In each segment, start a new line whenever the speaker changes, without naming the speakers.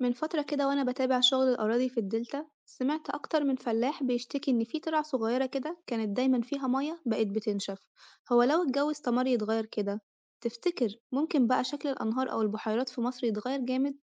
من فترة كده وأنا بتابع شغل الأراضي في الدلتا، سمعت أكتر من فلاح بيشتكي إن في ترع صغيرة كده كانت دايما فيها مية بقت بتنشف. هو لو الجو استمر يتغير كده، تفتكر ممكن بقى شكل الأنهار أو البحيرات في مصر يتغير جامد؟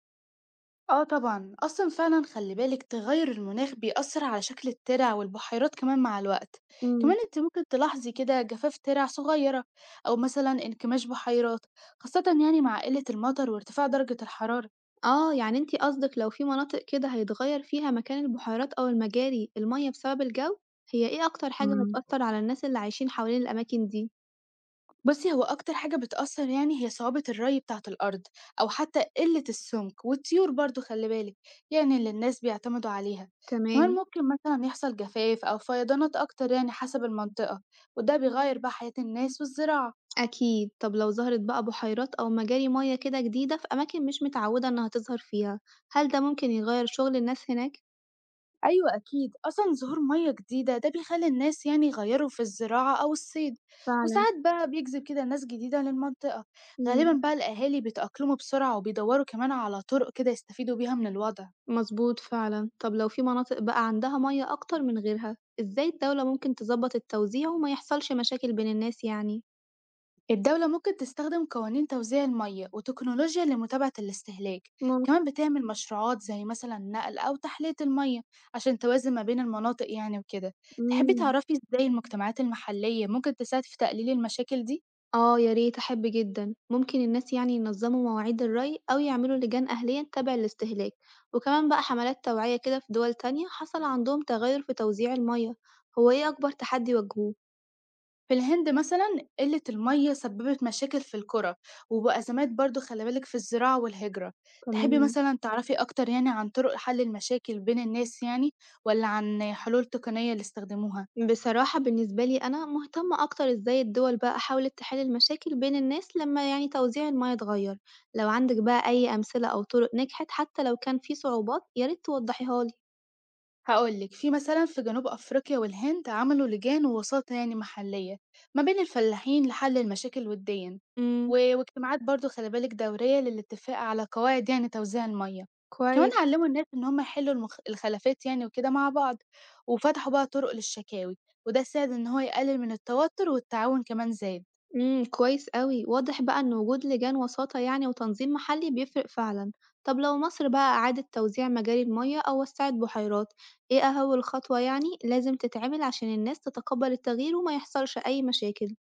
آه طبعًا، أصلًا فعلًا خلّي بالك تغيُّر المناخ بيأثّر على شكل الترع والبحيرات كمان مع الوقت، كمان
مم.
أنتِ ممكن تلاحظي كده جفاف ترع صغيّرة أو مثلًا انكماش بحيرات، خاصةً يعني مع قِلّة المطر وارتفاع درجة الحرارة.
آه، يعني انتي قصدك لو في مناطق كده هيتغير فيها مكان البحيرات أو المجاري المية بسبب الجو؟ هي ايه أكتر حاجة
إمم.
هتأثر على الناس اللي عايشين حوالين الأماكن دي؟
بُصّي، هو أكتر حاجة بتأثّر يعني هي صعوبة الري بتاعة الأرض أو حتى قِلّة السُمك والطيور برضه خلّي بالك، يعني اللي الناس بيعتمدوا عليها. كمان
تمام.
ممكن مثلًا يحصل جفاف أو فيضانات أكتر يعني حسب المنطقة وده بيغيّر بقى حياة الناس والزراعة.
أكيد، طب لو ظهرت بقى بحيرات أو مجاري مياه كده جديدة في أماكن مش متعودة إنها تظهر فيها، هل ده ممكن يغير شغل الناس هناك؟
أيوة أكيد، أصلا ظهور مية جديدة ده بيخلي الناس يعني يغيروا في الزراعة أو الصيد،
فعلًا،
وساعات بقى بيجذب كده ناس جديدة للمنطقة. غالبا
إمم،
بقى الأهالي بيتأقلموا بسرعة وبيدوروا كمان على طرق كده يستفيدوا بيها من الوضع.
مضبوط فعلًا. طب لو في مناطق بقى عندها مياه أكتر من غيرها، إزاي الدولة ممكن تظبط التوزيع وما يحصلش مشاكل بين الناس يعني؟
الدولة ممكن تستخدم قوانين توزيع المية وتكنولوجيا لمتابعة الاستهلاك،
ممكن،
كمان بتعمل مشروعات زي مثلا نقل أو تحلية المية عشان توازن ما بين المناطق يعني وكده. تحبي
إمم.
تعرفي إزاي المجتمعات المحلية ممكن تساعد في تقليل المشاكل دي؟
آه يا ريت، أحب جدًا. ممكن الناس يعني ينظموا مواعيد الري أو يعملوا لجان أهلية تتابع الاستهلاك، وكمان بقى حملات توعية كده. في دول تانية حصل عندهم تغير في توزيع المياه، هو إيه أكبر تحدي واجهوه؟
في الهند مثلا قلة المية سببت مشاكل في القرى وأزمات، برضو خلي بالك في الزراعة والهجرة. تحبي
كمان
مثلا تعرفي أكتر يعني عن طرق حل المشاكل بين الناس يعني، ولا عن حلول تقنية اللي استخدموها؟
بصراحة بالنسبة لي أنا مهتمة أكتر إزاي الدول بقى حاولت تحل المشاكل بين الناس لما يعني توزيع المياه اتغير. لو عندك بقى أي أمثلة أو طرق نجحت حتى لو كان في صعوبات، يا ريت توضحيها لي.
هقول لك، في مثلا في جنوب أفريقيا والهند عملوا لجان ووساطة يعني محلية ما بين الفلاحين لحل المشاكل وديا،
إمم،
واجتماعات برضو خلي بالك دورية للاتفاق على قواعد يعني توزيع المية. كمان
كويس.
علموا الناس إن هم يحلوا الخلافات يعني وكده مع بعض، وفتحوا بقى طرق للشكاوي، وده ساعد إن هو يقلل من التوتر والتعاون كمان زاد.
إمم، كويس أوي، واضح بقى إن وجود لجان وساطة يعني وتنظيم محلي بيفرق فعلًا. طب لو مصر بقى أعادت توزيع مجاري المياه أو وسّعت بحيرات، إيه أول خطوة يعني لازم تتعمل عشان الناس تتقبل التغيير وما يحصلش أي مشاكل؟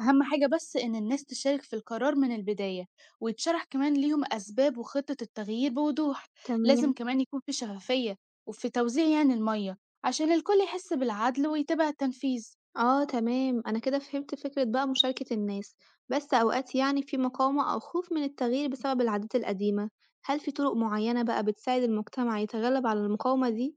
أهم حاجة بس إن الناس تشارك في القرار من البداية، ويتشرح كمان ليهم أسباب وخطة التغيير بوضوح. لازم
تمام.
كمان يكون في شفافية وفي توزيع يعني المية عشان الكل يحس بالعدل ويتابع التنفيذ.
آه تمام، أنا كده فهمت فكرة بقى مشاركة الناس، بس أوقات يعني في مقاومة أو خوف من التغيير بسبب العادات القديمة. هل في طرق معينة بقى بتساعد المجتمع يتغلب على المقاومة دي؟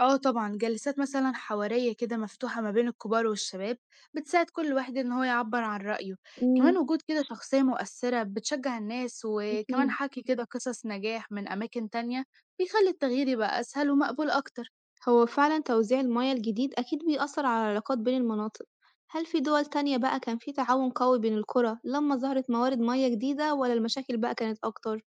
اه طبعا، جلسات مثلا حوارية كده مفتوحة ما بين الكبار والشباب بتساعد كل واحد إن هو يعبر عن رأيه. كمان
إمم،
وجود كده شخصية مؤثرة بتشجع الناس، وكمان
أكيد.
حكي كده قصص نجاح من أماكن تانية بيخلي التغيير يبقى أسهل ومقبول أكتر.
هو فعلًا توزيع المياه الجديد أكيد بيأثر على العلاقات بين المناطق. هل في دول تانية بقى كان في تعاون قوي بين القرى لما ظهرت موارد مياه جديدة ولا المشاكل بقى كانت أكتر؟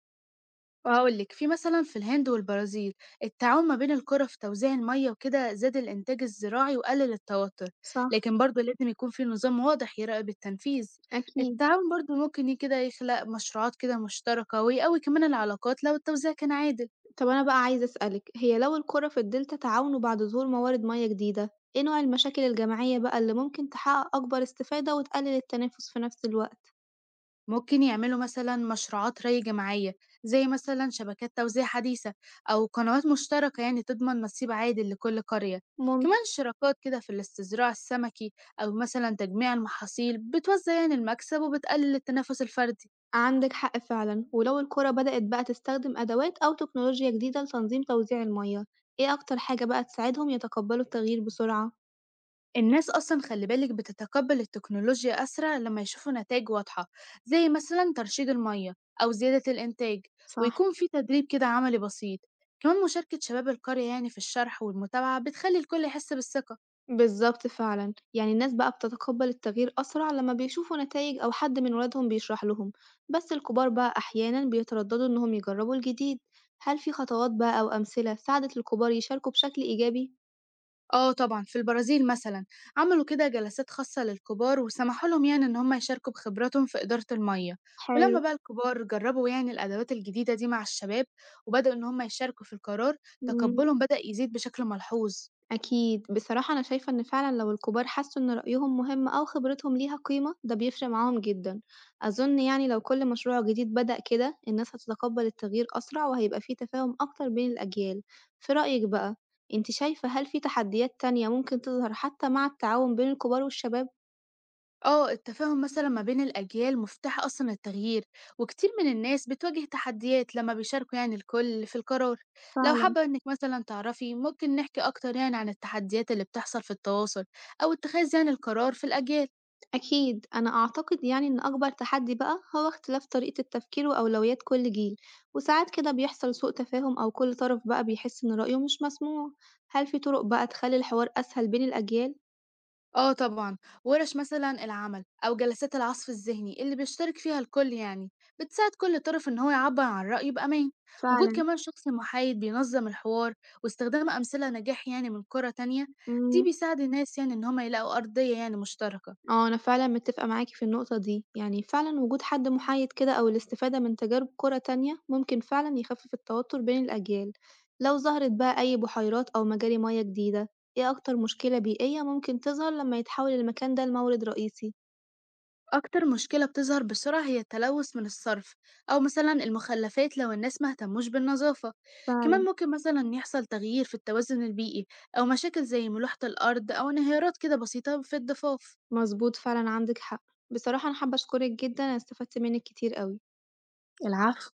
وهاقول لِك، في مثلًا في الهند والبرازيل التعاون ما بين القرى في توزيع المَيّة وكده زاد الإنتاج الزراعي وقلل التوتر،
صح،
لكن برضه لازم يكون في نظام واضح يراقب التنفيذ.
أكيد.
التعاون برضه ممكن كده يخلق مشروعات كده مشتركة ويقوي كمان العلاقات لو التوزيع كان عادل.
طب أنا بقى عايزة أسألك، هي لو القرى في الدلتا تعاونوا بعد ظهور موارد مياه جديدة، إيه نوع المشاكل الجماعية بقى اللي ممكن تحقق أكبر استفادة وتقلل التنافس في نفس الوقت؟
ممكن يعملوا مثلا مشروعات ري جماعية زي مثلا شبكات توزيع حديثة أو قنوات مشتركة يعني تضمن نصيب عادل لكل قرية. كمان
ممكن.
شراكات كده في الاستزراع السمكي أو مثلا تجميع المحاصيل بتوزع يعني المكسب وبتقلل التنافس الفردي.
عندك حق فعلًا. ولو القرى بدأت بقى تستخدم أدوات أو تكنولوجيا جديدة لتنظيم توزيع المياه، إيه أكتر حاجة بقى تساعدهم يتقبلوا التغيير بسرعة؟
الناس أصلا خلي بالك بتتقبل التكنولوجيا أسرع لما يشوفوا نتائج واضحة زي مثلا ترشيد المية أو زيادة الإنتاج،
صح،
ويكون في تدريب كده عملي بسيط. كمان مشاركة شباب القرية يعني في الشرح والمتابعة بتخلي الكل يحس بالثقة.
بالضبط فعلًا. يعني الناس بقى بتتقبل التغيير أسرع لما بيشوفوا نتايج أو حد من ولادهم بيشرح لهم، بس الكبار بقى أحيانًا بيترددوا إنهم يجربوا الجديد. هل في خطوات بقى أو أمثلة ساعدت الكبار يشاركوا بشكل إيجابي؟
آه طبعًا، في البرازيل مثلًا عملوا كده جلسات خاصة للكبار وسمحوا لهم يعني إن هم يشاركوا بخبراتهم في إدارة المَيّة،
حلو،
ولمّا بقى الكبار جرّبوا يعني الأدوات الجديدة دي مع الشباب وبدأوا إن هم يشاركوا في القرار،
إمم.
تقبُّلهم بدأ يزيد بشكل ملحوظ.
أكيد، بصراحة أنا شايفة إن فعلًا لو الكبار حسوا إن رأيهم مهم أو خبرتهم ليها قيمة، ده بيفرق معاهم جدًا. أظن يعني لو كل مشروع جديد بدأ كده الناس هتتقبل التغيير أسرع وهيبقى في تفاهم أكتر بين الأجيال. في رأيِك بقى، أنتِ شايفة هل في تحديات تانية ممكن تظهر حتى مع التعاون بين الكبار والشباب؟
آه، التفاهم مثلًا ما بين الأجيال مفتاح أصلًا التغيير، وكتير من الناس بتواجه تحديات لمّا بيشاركوا يعني الكل في القرار. لو
فعلًا.
حابة إنِّك مثلًا تعرفي، ممكن نحكي أكتر يعني عن التحديات اللي بتحصل في التواصل أو اتخاذ يعني القرار في الأجيال.
أكيد أنا أعتقد يعني إن أكبر تحدي بقى هو اختلاف طريقة التفكير وأولويات كل جيل، وساعات كده بيحصل سوء تفاهم أو كل طرف بقى بيحس إن رأيه مش مسموع. هل في طرق بقى تخلي الحوار أسهل بين الأجيال؟
آه طبعًا، ورش مثلًا العمل أو جلسات العصف الذهني اللي بيشترك فيها الكل يعني، بتساعد كل طرف إن هو يعبّر عن رأيه بأمان. وجود
فعلا.
كمان شخص محايد بينظم الحوار واستخدام أمثلة نجاح يعني من قرى تانية، دي
مم.
بيساعد الناس يعني إن هُم يلاقوا أرضية يعني مشتركة.
اه أنا فعلا متفقة معاكي في النقطة دي، يعني فعلا وجود حد محايد كده أو الاستفادة من تجارب كرة تانية ممكن فعلا يخفف التوتر بين الأجيال. لو ظهرت بقى أي بحيرات أو مجاري مياه جديدة، إيه أكتر مشكلة بيئية ممكن تظهر لما يتحول المكان ده لمورد رئيسي؟
أكتر مشكلة بتظهر بسرعة هي التلوث من الصرف أو مثلًا المخلفات لو الناس ما اهتموش بالنظافة، كمان
فعلًا،
ممكن مثلًا يحصل تغيير في التوازن البيئي أو مشاكل زي ملوحة الأرض أو انهيارات كده بسيطة في الضفاف.
مضبوط فعلًا عندِك حق. بصراحة أنا حابة أشكرِك جدًا، أنا استفدت منِّك كتير أوي.
العفو.